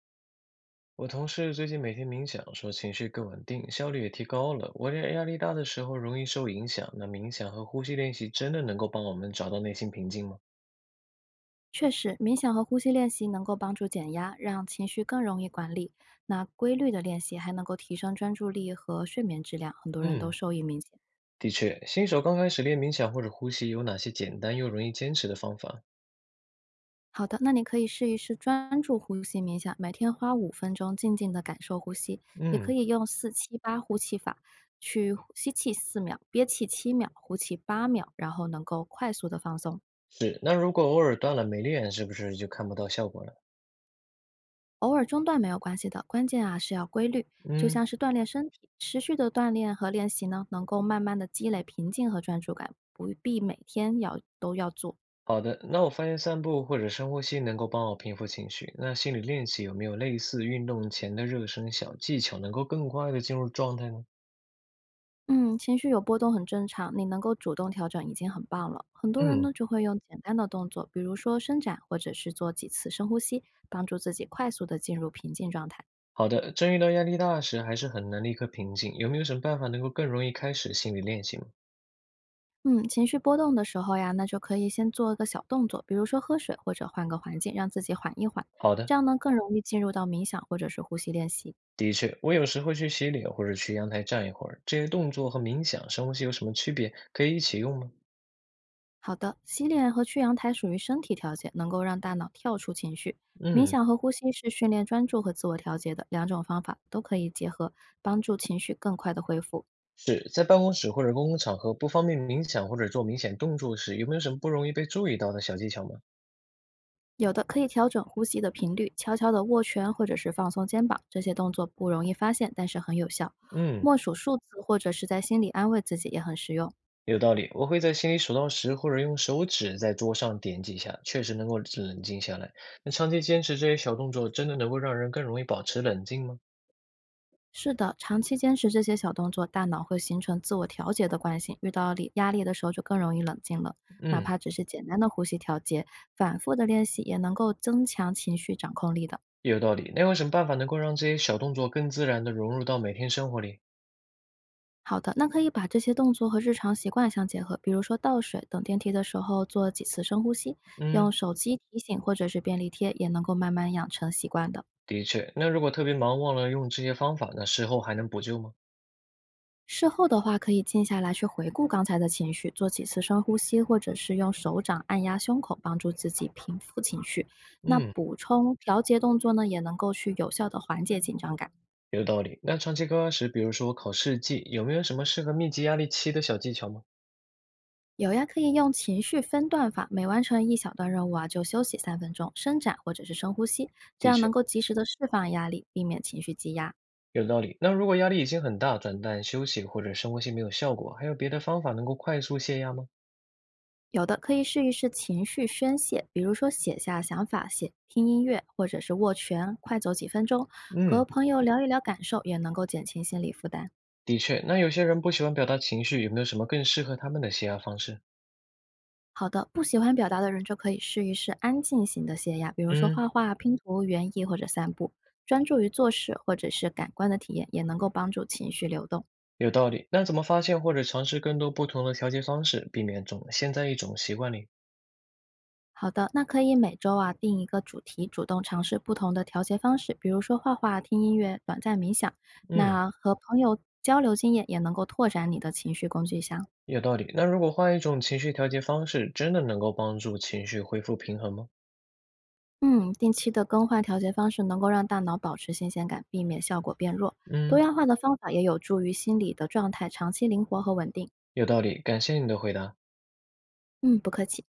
我同事最近每天冥想，说情绪更稳定，效率也提高了。我这压力大的时候容易受影响，那冥想和呼吸练习真的能够帮我们找到内心平静吗？确实，冥想和呼吸练习能够帮助减压，让情绪更容易管理。那规律的练习还能够提升专注力和睡眠质量，很多人都嗯，受益明显。的确，新手刚开始练冥想或者呼吸，有哪些简单又容易坚持的方法？好的，那你可以试一试专注呼吸冥想，每天花5分钟静静的感受呼吸，也可嗯，以用4-7-8呼气法，去呼吸气4秒，憋气7秒，呼气8秒，然后能够快速的放松。是。那如果偶尔断了没练，是不是就看不到效果了？偶尔中断没有关系的，关键啊是要规律，就嗯，像是锻炼身体，持续的锻炼和练习呢，能够慢慢的积累平静和专注感，不必每天要都要做。好的。那我发现散步或者深呼吸能够帮我平复情绪。那心理练习有没有类似运动前的热身小技巧，能够更快的进入状态呢？嗯，情绪有波动很正常，你能够主动调整已经很棒了。很多人嗯。呢就会用简单的动作，比如说伸展，或者是做几次深呼吸，帮助自己快速的进入平静状态。好的，真遇到压力大时，还是很难立刻平静。有没有什么办法能够更容易开始心理练习吗？嗯，情绪波动的时候呀，那就可以先做一个小动作，比如说喝水或者换个环境，让自己缓一缓，好这的，样呢更容易进入到冥想或者是呼吸练习。的确，我有时会去洗脸或者去阳台站一会儿。这些动作和冥想、深呼吸有什么区别？可以一起用吗？好的，洗脸和去阳台属于身体调节，能够让大脑跳出情绪。冥嗯，想和呼吸是训练专注和自我调节的2种方法，都可以结合，帮助情绪更快的恢复。是在办公室或者公共场合不方便冥想或者做明显动作时，有没有什么不容易被注意到的小技巧吗？有的可以调整呼吸的频率，悄悄的握拳或者是放松肩膀，这些动作不容易发现，但是很有效。嗯，默数数字或者是在心里安慰自己也很实用。有道理。我会在心里数到10，或者用手指在桌上点几下，确实能够冷静下来。那长期坚持这些小动作，真的能够让人更容易保持冷静吗？是的，长期坚持这些小动作，大脑会形成自我调节的惯性，遇到力压力的时候就更容易冷静了。哪嗯，怕只是简单的呼吸调节，反复的练习也能够增强情绪掌控力的。有道理。那有什么办法能够让这些小动作更自然的融入到每天生活里？好的，那可以把这些动作和日常习惯相结合，比如说倒水、等电梯的时候做几次深呼吸，用嗯，手机提醒或者是便利贴，也能够慢慢养成习惯的。的确。那如果特别忙忘了用这些方法，那事后还能补救吗？事后的话，可以静下来去回顾刚才的情绪，做几次深呼吸，或者是用手掌按压胸口，帮助自己平复情绪。那嗯，补充调节动作呢，也能够去有效的缓解紧张感。有道理。那长期高压时，比如说考试季，有没有什么适合密集压力期的小技巧吗？有呀，可以用情绪分段法，每完成一小段任务啊，就休息3分钟，伸展或者是深呼吸，这的样能确，够及时的释放压力，避免情绪积压。有道理。那如果压力已经很大，转淡休息或者生活性没有效果，还有别的方法能够快速泄压吗？有的可以试一试情绪宣泄，比如说写下想法、写听音乐，或者是握拳、快走几分钟，嗯，和朋友聊一聊感受，也能够减轻心理负担。的确。那有些人不喜欢表达情绪，有没有什么更适合他们的泄压方式？好的，不喜欢表达的人就可以试一试安静型的泄压，比如说嗯。画画、拼图、园艺或者散步，专注于做事或者是感官的体验，也能够帮助情绪流动。有道理。那怎么发现或者尝试更多不同的调节方式，避免总陷在一种习惯里？好的，那可以每周啊定一个主题，主动尝试不同的调节方式，比如说画画、听音乐、短暂冥想。嗯，那和朋友交流经验也能够拓展你的情绪工具箱。有道理。那如果换一种情绪调节方式，真的能够帮助情绪恢复平衡吗？嗯，定期的更换调节方式能够让大脑保持新鲜感，避免效果变弱。多嗯，样化的方法也有助于心理的状态长期灵活和稳定。有道理。感谢你的回答。嗯，不客气。